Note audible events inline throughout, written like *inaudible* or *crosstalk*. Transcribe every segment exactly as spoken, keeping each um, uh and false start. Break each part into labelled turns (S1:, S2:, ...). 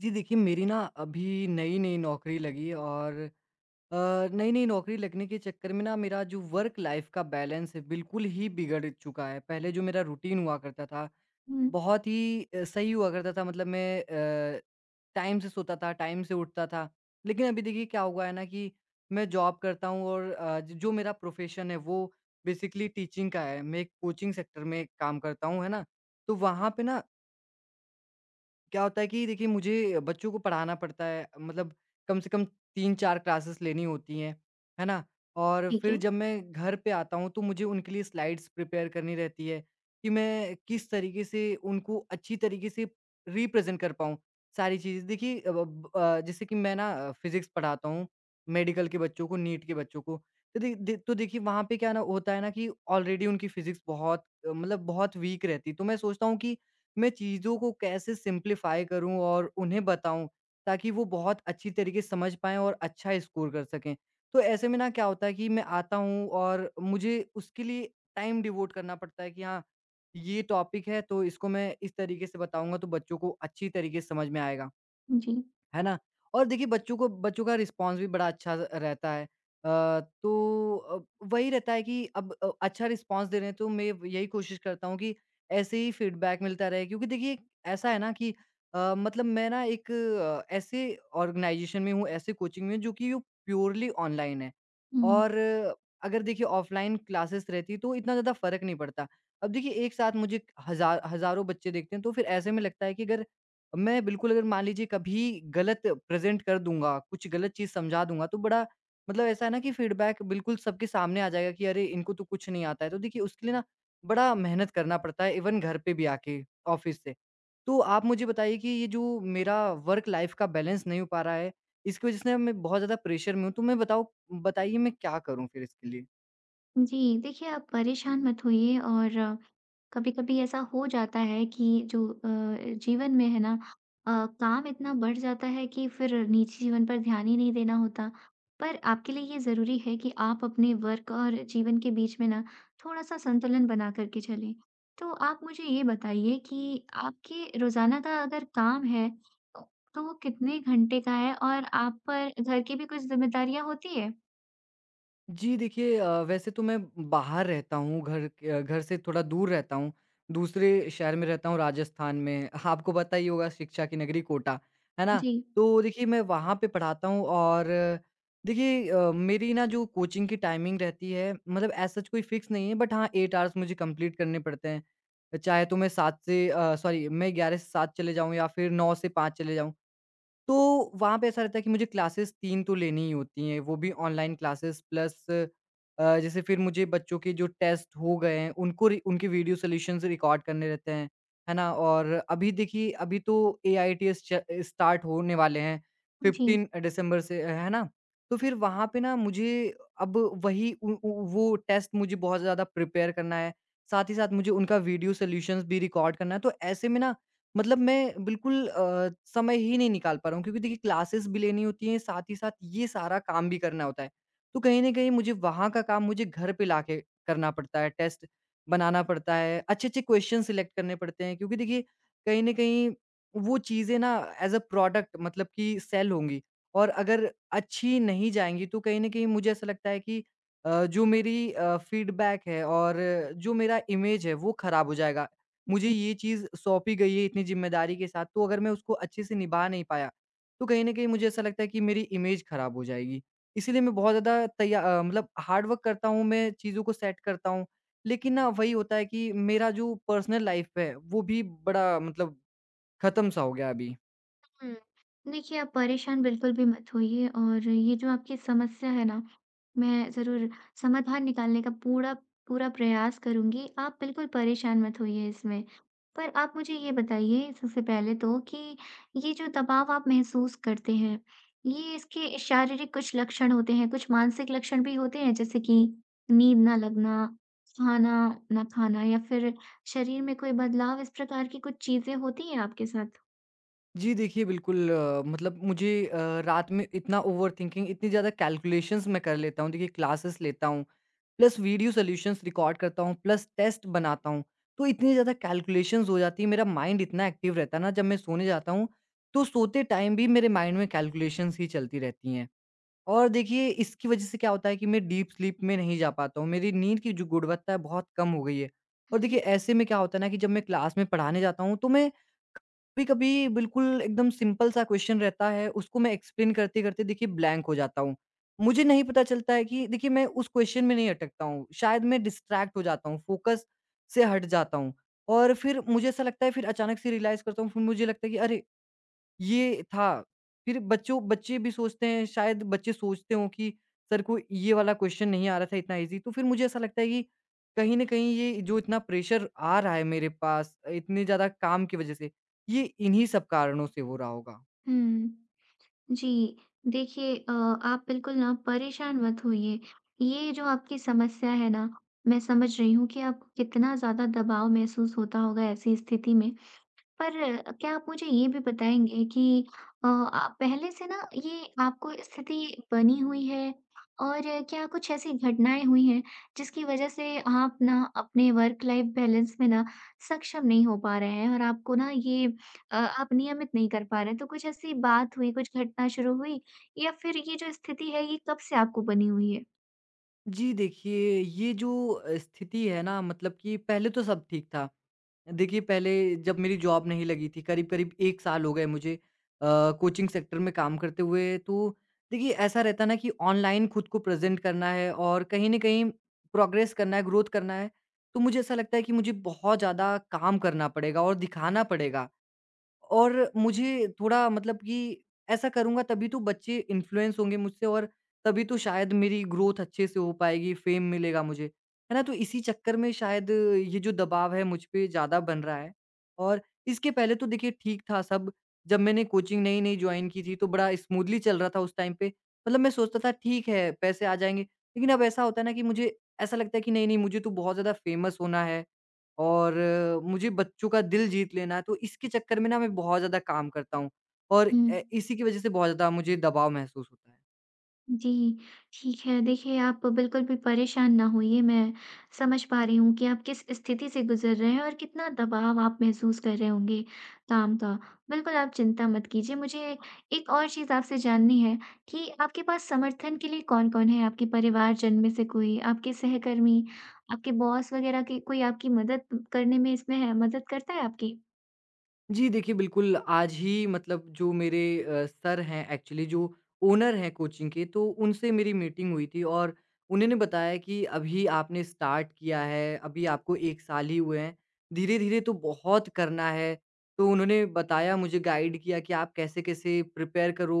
S1: जी देखिए, मेरी ना अभी नई-नई नौकरी लगी और अ, नई-नई नौकरी लगने के चक्कर में ना मेरा जो वर्क लाइफ़ का बैलेंस है बिल्कुल ही बिगड़ चुका है। पहले जो मेरा रूटीन हुआ करता था,
S2: हुँ,
S1: बहुत ही अ, सही हुआ करता था मतलब मैं अ, टाइम से सोता था, टाइम से उठता था। लेकिन अभी देखिए क्या हुआ है ना कि मैं जॉब करता हूँ और अ, ज जो मेरा प्रोफ़ेशन है वो बेसिकली टीचिंग का है। मैं एक कोचिंग सेक्टर में काम करता हूँ, है ना? तो वहाँ पे ना क्या होता है कि देखिए मुझे बच्चों को पढ़ाना पड़ता है मतलब कम से कम तीन चार क्लासेस लेनी होती हैं, है ना? और
S2: ठीक
S1: फिर
S2: है।
S1: जब मैं घर पे आता हूँ तो मुझे उनके लिए स्लाइड्स प्रिपेयर करनी रहती है कि मैं किस तरीके से उनको अच्छी तरीके से रिप्रेज़ेंट कर पाऊँ सारी चीज़ें। देखिए अ, ब अ, जैसे कि मैं ना फिज़िक्स पढ़ाता हूँ मेडिकल के बच्चों को, नीट के बच्चों को। तो दे दे तो देखिए वहाँ पे क्या ना होता है ना कि ऑलरेडी उनकी फिज़िक्स बहुत अ, मतलब बहुत वीक रहती है। तो मैं सोचता हूँ कि मैं चीज़ों को कैसे सिम्प्लीफाई करूँ और उन्हें बताऊँ ताकि वो बहुत अच्छी तरीके से समझ पाएँ और अच्छा स्कोर कर सकें। तो ऐसे में ना क्या होता है कि मैं आता हूँ और मुझे उसके लिए टाइम डिवोट करना पड़ता है कि हाँ, ये टॉपिक है तो इसको मैं इस तरीके से बताऊँगा तो बच्चों को अच्छी तरीके से समझ में आएगा।
S2: जी।
S1: है ना? और देखिए बच्चों को बच्चों का रिस्पॉन्स भी बड़ा अच्छा रहता है। अ, तो अ, वही रहता है कि अब अ, अच्छा रिस्पॉन्स दे रहे हैं तो मैं यही कोशिश करता हूँ कि ऐसे ही फीडबैक मिलता रहे, क्योंकि देखिए ऐसा है ना कि अ, मतलब मैं ना एक अ, ऐसे ऑर्गेनाइज़ेशन में हूँ, ऐसे कोचिंग में हूँ जो कि वो प्योरली ऑनलाइन है।
S2: हुँ।
S1: और अगर देखिए ऑफलाइन क्लासेस रहती तो इतना ज़्यादा फ़र्क नहीं पड़ता। अब देखिए एक साथ मुझे हज़ा हज़ारों बच्चे देखते हैं, तो फिर ऐसे में लगता है कि अगर मैं बिल्कुल, अगर मान लीजिए, कभी गलत प्रेज़ेंट कर दूँगा, कुछ गलत चीज़ समझा दूँगा, तो बड़ा मतलब ऐसा है ना कि फीडबैक बिल्कुल सबके सामने आ जाएगा कि अरे! इनको तो कुछ नहीं आता है। तो देखिए उसके लिए ना बड़ा मेहनत करना पड़ता है, इवन घर पे भी आके ऑफ़िस से। तो आप मुझे बताइए कि ये जो मेरा वर्क लाइफ़ का बैलेंस नहीं हो पा रहा है, इसकी वज़ह से ना मैं बहुत ज़्यादा प्रेशर में हूँ। तो मैं बताओ बताइए मैं क्या करूँ फिर इसके लिए?
S2: जी, देखिए, आप परेशान मत होइए और कभी-कभी ऐसा हो जाता है कि जो अ, जीवन में है ना, अ, काम इतना बढ़ जाता है कि फिर निजी जीवन पर ध्यान ही नहीं देना होता। पर आपके लिए ये ज़रूरी है कि आप अपने वर्क और जीवन के बीच में ना थोड़ा-सा संतुलन बना कर के चलें। तो आप मुझे ये बताइए कि आपके रोज़ाना का अगर काम है तो वो कितने घंटे का है, और आप पर घर की भी कुछ ज़िम्मेदारियाँ होती है?
S1: जी देखिए, अ, वैसे तो मैं बाहर रहता हूँ, घर के अ, घर से थोड़ा दूर रहता हूँ, दूसरे शहर में रहता हूँ राजस्थान में। *laughs* आपको पता ही होगा, शिक्षा की नगरी कोटा, है ना?
S2: जी।
S1: तो देखिए मैं वहाँ पे पढ़ाता हूँ और देखिए अ, मेरी ना जो कोचिंग की टाइमिंग रहती है, मतलब एज़ सच कोई फ़िक्स नहीं है, बट हाँ, आठ आवर्स मुझे कंप्लीट करने पड़ते हैं। चाहे तो मैं सात से अ, सॉरी, मैं ग्यारह से सात चले जाऊँ या फिर नौ से पाँच चले जाऊँ। तो वहाँ पे ऐसा रहता है कि मुझे क्लासेस तीन तो लेनी ही होती हैं, वो भी ऑनलाइन क्लासेस, प्लस अ, जैसे फिर मुझे बच्चों के जो टेस्ट हो गए हैं, उनको रि उनके वीडियो सॉल्यूशंस रिकॉर्ड करने रहते हैं, है ना? और अभी देखिए, अभी तो एआईटीएस च स्टार्ट होने वाले हैं,
S2: जी,
S1: पंद्रह दिसंबर से, है ना? तो फिर वहाँ पे ना मुझे अब वही उ उ वो टेस्ट मुझे बहुत ज़्यादा प्रिपेयर करना है, साथ ही साथ मुझे उनका वीडियो सॉल्यूशंस भी रिकॉर्ड करना है, तो ऐसे में ना मतलब मैं बिल्कुल अ, समय ही नहीं निकाल पा रहा हूँ, क्योंकि देखिए क्लासेस भी लेनी होती हैं, साथ ही साथ ये सारा काम भी करना होता है। तो कहीं न कहीं मुझे वहाँ का काम मुझे घर पे लाके करना पड़ता है, टेस्ट बनाना पड़ता है, अच्छे-अच्छे क्वेश्चन सिलेक्ट करने पड़ते हैं, क्योंकि देखिए कहीं न कहीं वो चीज़ें ना एज़ अ प्रोडक्ट, मतलब कि सेल होंगी, और अगर अच्छी नहीं जाएँगी तो कहीं न कहीं मुझे ऐसा लगता है कि अ, जो मेरी अ, फीडबैक है और जो मेरा इमेज है वो खराब हो जाएगा। मुझे
S2: जी।
S1: ये चीज़ सौंपी गई है इतनी ज़िम्मेदारी के साथ, तो अगर मैं उसको अच्छे से निभा नहीं पाया, तो कहीं न कहीं मुझे ऐसा लगता है कि मेरी इमेज ख़राब हो जाएगी। इसीलिए मैं बहुत ज़्यादा तैया अ, मतलब हार्ड वर्क करता हूँ, मैं चीज़ों को सेट करता हूँ, लेकिन ना वही होता है कि मेरा जो पर्सनल लाइफ़ है, वो भी बड़ा मतलब ख़त्म-सा हो गया अभी।
S2: हुँ। देखिए, आप परेशान बिल्कुल भी मत होइए, और ये जो आपकी समस्या है ना, मैं ज़रूर समाधान निकालने का पूरा पूरा प्रयास करूँगी। आप बिल्कुल परेशान मत होइए इसमें। पर आप मुझे ये बताइए सबसे पहले तो कि ये जो दबाव आप महसूस करते हैं, ये इसके शारीरिक कुछ लक्षण होते हैं, कुछ मानसिक लक्षण भी होते हैं? जैसे कि नींद ना लगना, खाना ना खाना, या फिर शरीर में कोई बदलाव, इस प्रकार की कुछ चीज़ें होती हैं आपके साथ?
S1: जी देखिए, बिल्कुल अ, मतलब मुझे अ, रात में इतना ओवरथिंकिंग, इतनी ज़्यादा कैलकुलेशंस मैं कर लेता हूँ। देखिए क्लासेस लेता हूँ, प्लस वीडियो सॉल्यूशंस रिकॉर्ड करता हूँ, प्लस टेस्ट बनाता हूँ। तो इतनी ज़्यादा कैलकुलेशंस हो जाती है, मेरा माइंड इतना एक्टिव रहता है ना जब मैं सोने जाता हूँ, तो सोते टाइम भी मेरे माइंड में कैलकुलेशंस ही चलती रहती हैं। और देखिए इसकी वजह से क्या होता है कि मैं डीप स्लीप में नहीं जा पाता हूँ। मेरी नींद की जो गुणवत्ता है बहुत कम हो गई है। और देखिए ऐसे में क्या होता है ना कि जब मैं क्लास में पढ़ाने जाता हूँ तो मैं कभी-कभी, बिल्कुल एकदम सिंपल सा क्वेश्चन रहता है, उसको मैं एक्सप्लेन करते-करते देखिए ब्लैंक हो जाता हूँ। मुझे नहीं पता चलता है कि देखिए मैं उस क्वेश्चन में नहीं अटकता हूँ। शायद मैं डिस्ट्रैक्ट हो जाता हूँ, फोकस से हट जाता हूँ। और फिर मुझे ऐसा लगता है, फिर अचानक से रियलाइज़ करता हूँ, फिर मुझे लगता है कि अरे! ये था। फिर बच्चों बच्चे भी सोचते हैं, शायद बच्चे सोचते हों कि सर को ये वाला क्वेश्चन नहीं आ रहा था, इतना ईज़ी। तो फिर मुझे ऐसा लगता है कि कहीं न कहीं ये जो इतना प्रेशर आ रहा है मेरे पास, इतने ज़्यादा काम की वज़ह से, ये इन्हीं सब कारणों से हो रहा होगा।
S2: हुँ। जी, देखिए, अ, आप बिल्कुल ना परेशान मत होइए। ये जो आपकी समस्या है ना, मैं समझ रही हूँ कि आपको कितना ज़्यादा दबाव महसूस होता होगा ऐसी स्थिति में। पर अ, क्या आप मुझे ये भी बताएँगे कि अ, आ पहले से ना ये आपको स्थिति बनी हुई है? और अ, क्या कुछ ऐसी घटनाएँ हुई हैं जिसकी वज़ह से आप ना अपने वर्क लाइफ़ बैलेंस में ना सक्षम नहीं हो पा रहे हैं, और आपको ना ये अ, आप नियमित नहीं कर पा रहे हैं? तो कुछ ऐसी बात हुई, कुछ घटना शुरू हुई, या फिर ये जो स्थिति है ये कब से आपको बनी हुई है?
S1: जी देखिए, ये जो अ, स्थिति है ना, मतलब कि पहले तो सब ठीक था। देखिए, पहले जब मेरी जॉब नहीं लगी थी, करीब-करीब एक साल हो गए मुझे अ, कोचिंग सेक्टर में काम करते हुए। तो देखिए, ऐसा रहता है ना कि ऑनलाइन खुद को प्रेज़ेंट करना है और कहीं न कहीं प्रोग्रेस करना है, ग्रोथ करना है, तो मुझे ऐसा लगता है कि मुझे बहुत ज़्यादा काम करना पड़ेगा और दिखाना पड़ेगा, और मुझे थोड़ा, मतलब कि ऐसा करूँगा तभी तो बच्चे इन्फ्लुएंस होंगे मुझसे, और तभी तो शायद मेरी ग्रोथ अच्छे से हो पाएगी, फेम मिलेगा मुझे, है ना? तो इसी चक्कर में शायद ये जो दबाव है मुझ पे ज़्यादा बन रहा है, और इसके पहले तो देखिए ठीक था सब। जब मैंने कोचिंग नई-नई जॉइन की थी तो बड़ा स्मूथली चल रहा था उस टाइम पे। मतलब मैं सोचता था ठीक है, पैसे आ जाएँगे, लेकिन अब ऐसा होता है ना कि मुझे ऐसा लगता है कि नहीं-नहीं, मुझे तो बहुत ज़्यादा फेमस होना है और अ, मुझे बच्चों का दिल जीत लेना है, तो इसके चक्कर में ना मैं बहुत ज़्यादा काम करता हूँ और
S2: हुँ।
S1: ए, इसी की वज़ह से बहुत ज़्यादा मुझे दबाव महसूस होता है।
S2: जी, ठीक है। देखिए, आप बिल्कुल भी परेशान ना होइए, मैं समझ पा रही हूँ कि आप किस स्थिति से गुज़र रहे हैं और कितना दबाव आप महसूस कर रहे होंगे काम का। बिल्कुल आप चिंता मत कीजिए। मुझे एक और चीज़ आपसे जाननी है कि आपके पास समर्थन के लिए कौन-कौन है? आपके परिवारजन में से कोई, आपके सहकर्मी, आपके बॉस वग़ैरह की कोई आपकी मदद करने में इसमें है, मदद करता है आपकी?
S1: जी, देखिए बिल्कुल, आज ही मतलब जो मेरे अ, सर हैं, एक्चुअली जो ओनर हैं कोचिंग के, तो उनसे मेरी मीटिंग हुई थी और उन्होंने बताया कि अभी आपने स्टार्ट किया है, अभी आपको एक साल ही हुए हैं, धीरे-धीरे तो बहुत करना है। तो उन्होंने बताया, मुझे गाइड किया कि आप कैसे-कैसे प्रिपेयर करो,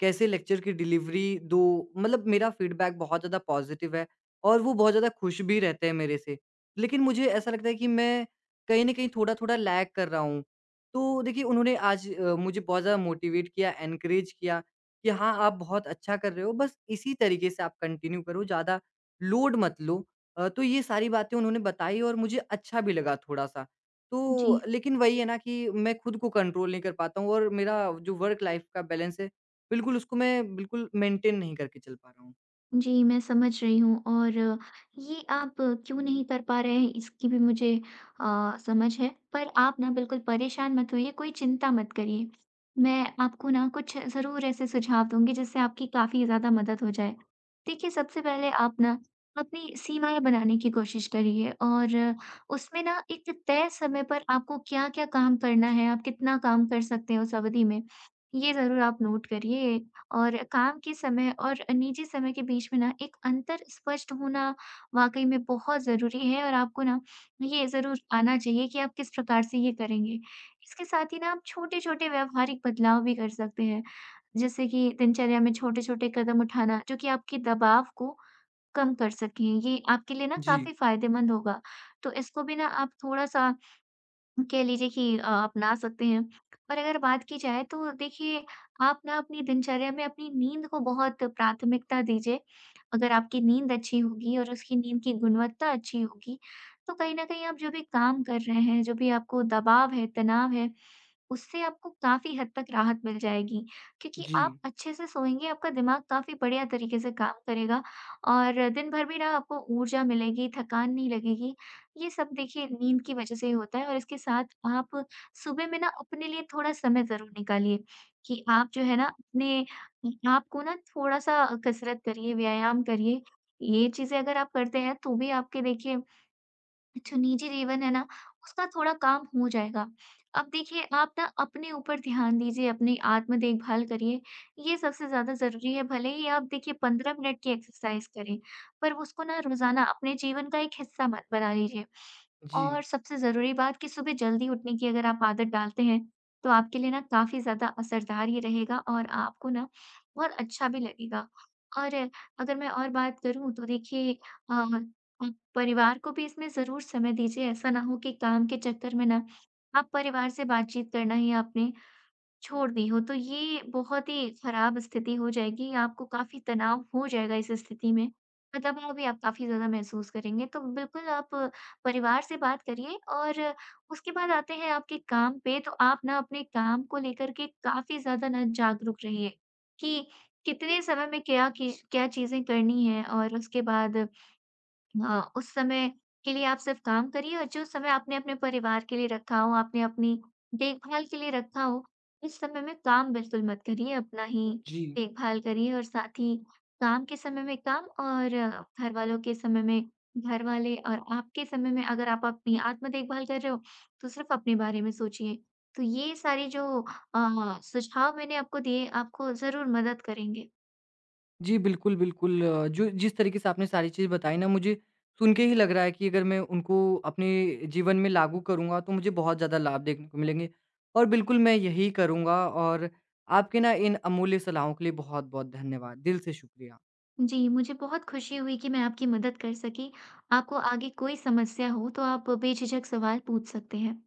S1: कैसे लेक्चर की डिलीवरी दो, मतलब मेरा फीडबैक बहुत ज़्यादा पॉज़िटिव है और वो बहुत ज़्यादा खुश भी रहते हैं मेरे से। लेकिन मुझे ऐसा लगता है कि मैं कहीं न कहीं थोड़ा-थोड़ा लैग कर रहा हूँ। तो देखिए उन्होंने आज अ, मुझे बहुत ज़्यादा मोटिवेट किया, एनकरेज किया कि हाँ, आप बहुत अच्छा कर रहे हो, बस इसी तरीके से आप कंटिन्यू करो, ज़्यादा लोड मत लो। अ, तो ये सारी बातें उन्होंने बताई और मुझे अच्छा भी लगा थोड़ा-सा। तो
S2: जी।
S1: लेकिन वही है ना कि मैं खुद को कंट्रोल नहीं कर पाता हूँ और मेरा जो वर्क लाइफ़ का बैलेंस है, बिल्कुल उसको मैं बिल्कुल मेंटेन नहीं करके चल पा रहा हूँ।
S2: जी, मैं समझ रही हूँ, और अ, ये आप अ, क्यों नहीं कर पा रहे हैं, इसकी भी मुझे अ, समझ है। पर आप ना बिल्कुल परेशान मत होइए, कोई चिंता मत करिए। मैं आपको ना कुछ ज़रूर ऐसे सुझाव दूँगी जिससे आपकी काफ़ी ज़्यादा मदद हो जाए। देखिए, सबसे पहले आप ना अपनी सीमाएँ बनाने की कोशिश करिए, और अ, उसमें ना एक तय समय पर आपको क्या-क्या काम करना है, आप कितना काम कर सकते हैं उस अवधि में, ये ज़रूर आप नोट करिए। और काम के समय और निजी समय के बीच में ना एक अंतर स्पष्ट होना वाक़ई में बहुत ज़रूरी है, और आपको ना ये ज़रूर आना चाहिए कि आप किस प्रकार से ये करेंगे। इसके साथ ही ना आप छोटे-छोटे व्यावहारिक बदलाव भी कर सकते हैं, जैसे कि दिनचर्या में छोटे-छोटे कदम उठाना जो कि आपके दबाव को कम कर सकें, ये आपके लिए ना
S1: जी,
S2: काफ़ी फ़ायदेमंद होगा। तो इसको भी ना आप थोड़ा-सा कह लीजिए कि अ, अपना सकते हैं। और अगर बात की जाए तो देखिए, आप ना अपनी दिनचर्या में अपनी नींद को बहुत प्राथमिकता दीजिए। अगर आपकी नींद अच्छी होगी और उसकी नींद की गुणवत्ता अच्छी होगी, तो कहीं न कहीं आप जो भी काम कर रहे हैं, जो भी आपको दबाव है, तनाव है, उससे आपको काफ़ी हद तक राहत मिल जाएगी, क्योंकि
S1: जी,
S2: आप अच्छे से सोएँगे, आपका दिमाग काफ़ी बढ़िया तरीके से काम करेगा, और दिन भर भी ना आपको ऊर्जा मिलेगी, थकान नहीं लगेगी। ये सब देखिए नींद की वजह से ही होता है। और इसके साथ आप सुबह में ना अपने लिए थोड़ा समय ज़रूर निकालिए, कि आप जो है ना अपने आप को ना थोड़ा-सा कसरत करिए, व्यायाम करिए। ये चीज़ें अगर आप करते हैं तो भी आपके देखिए जो निजी जीवन है ना, उसका थोड़ा काम हो जाएगा। अब देखिए, आप ना अपने ऊपर ध्यान दीजिए, अपनी आत्म देखभाल करिए, ये सबसे ज़्यादा ज़रूरी है। भले ही आप देखिए पंद्रह मिनट की एक्सरसाइज़ करें, पर उसको ना रोज़ाना अपने जीवन का एक हिस्सा मत बना लीजिए। और
S1: जी,
S2: सबसे ज़रूरी बात कि सुबह जल्दी उठने की अगर आप आदत डालते हैं, तो आपके लिए ना काफ़ी ज़्यादा असरदार ये रहेगा, और आपको ना बहुत अच्छा भी लगेगा। और अगर मैं और बात करूँ तो देखिए, अ आप परिवार को भी इसमें ज़रूर समय दीजिए, ऐसा ना हो कि काम के चक्कर में ना आप परिवार से बातचीत करना ही आपने छोड़ दी हो, तो ये बहुत ही खराब स्थिति हो जाएगी, आपको काफ़ी तनाव हो जाएगा इस स्थिति में, और दबाव भी आप काफ़ी ज़्यादा महसूस करेंगे। तो बिल्कुल आप परिवार से बात करिए, और उसके बाद आते हैं आपके काम पे, तो आप ना अपने काम को लेकर के काफ़ी ज़्यादा ना जागरूक रहिए कि कितने समय में क्या की क्या चीज़ें करनी हैं, और उसके बाद हाँ, उस समय के लिए आप सिर्फ़ काम करिए, और जो समय आपने अपने परिवार के लिए रखा हो, आपने अपनी देखभाल के लिए रखा हो, इस समय में काम बिल्कुल मत करिए, अपना ही
S1: जी।
S2: देखभाल करिए, और साथ ही काम के समय में काम, और घरवालों के समय में घरवाले, और आपके समय में अगर आप अपनी आत्म देखभाल कर रहे हो, तो सिर्फ़ अपने बारे में सोचिए। तो ये सारी जो अ, सुझाव मैंने आपको दिए, आपको ज़रूर मदद करेंगे।
S1: जी, बिल्कुल, बिल्कुल अ, जो जिस तरीके से आपने सारी चीज़ बताई ना, मुझे सुन के ही लग रहा है कि अगर मैं उनको अपने जीवन में लागू करूँगा तो मुझे बहुत ज़्यादा लाभ देखने को मिलेंगे, और बिल्कुल मैं यही करूँगा। और आपके ना इन अमूल्य सलाहों के लिए बहुत-बहुत धन्यवाद। दिल से शुक्रिया।
S2: जी, मुझे बहुत खुशी हुई कि मैं आपकी मदद कर सकी। आपको आगे कोई समस्या हो तो आप बेझिझक सवाल पूछ सकते हैं।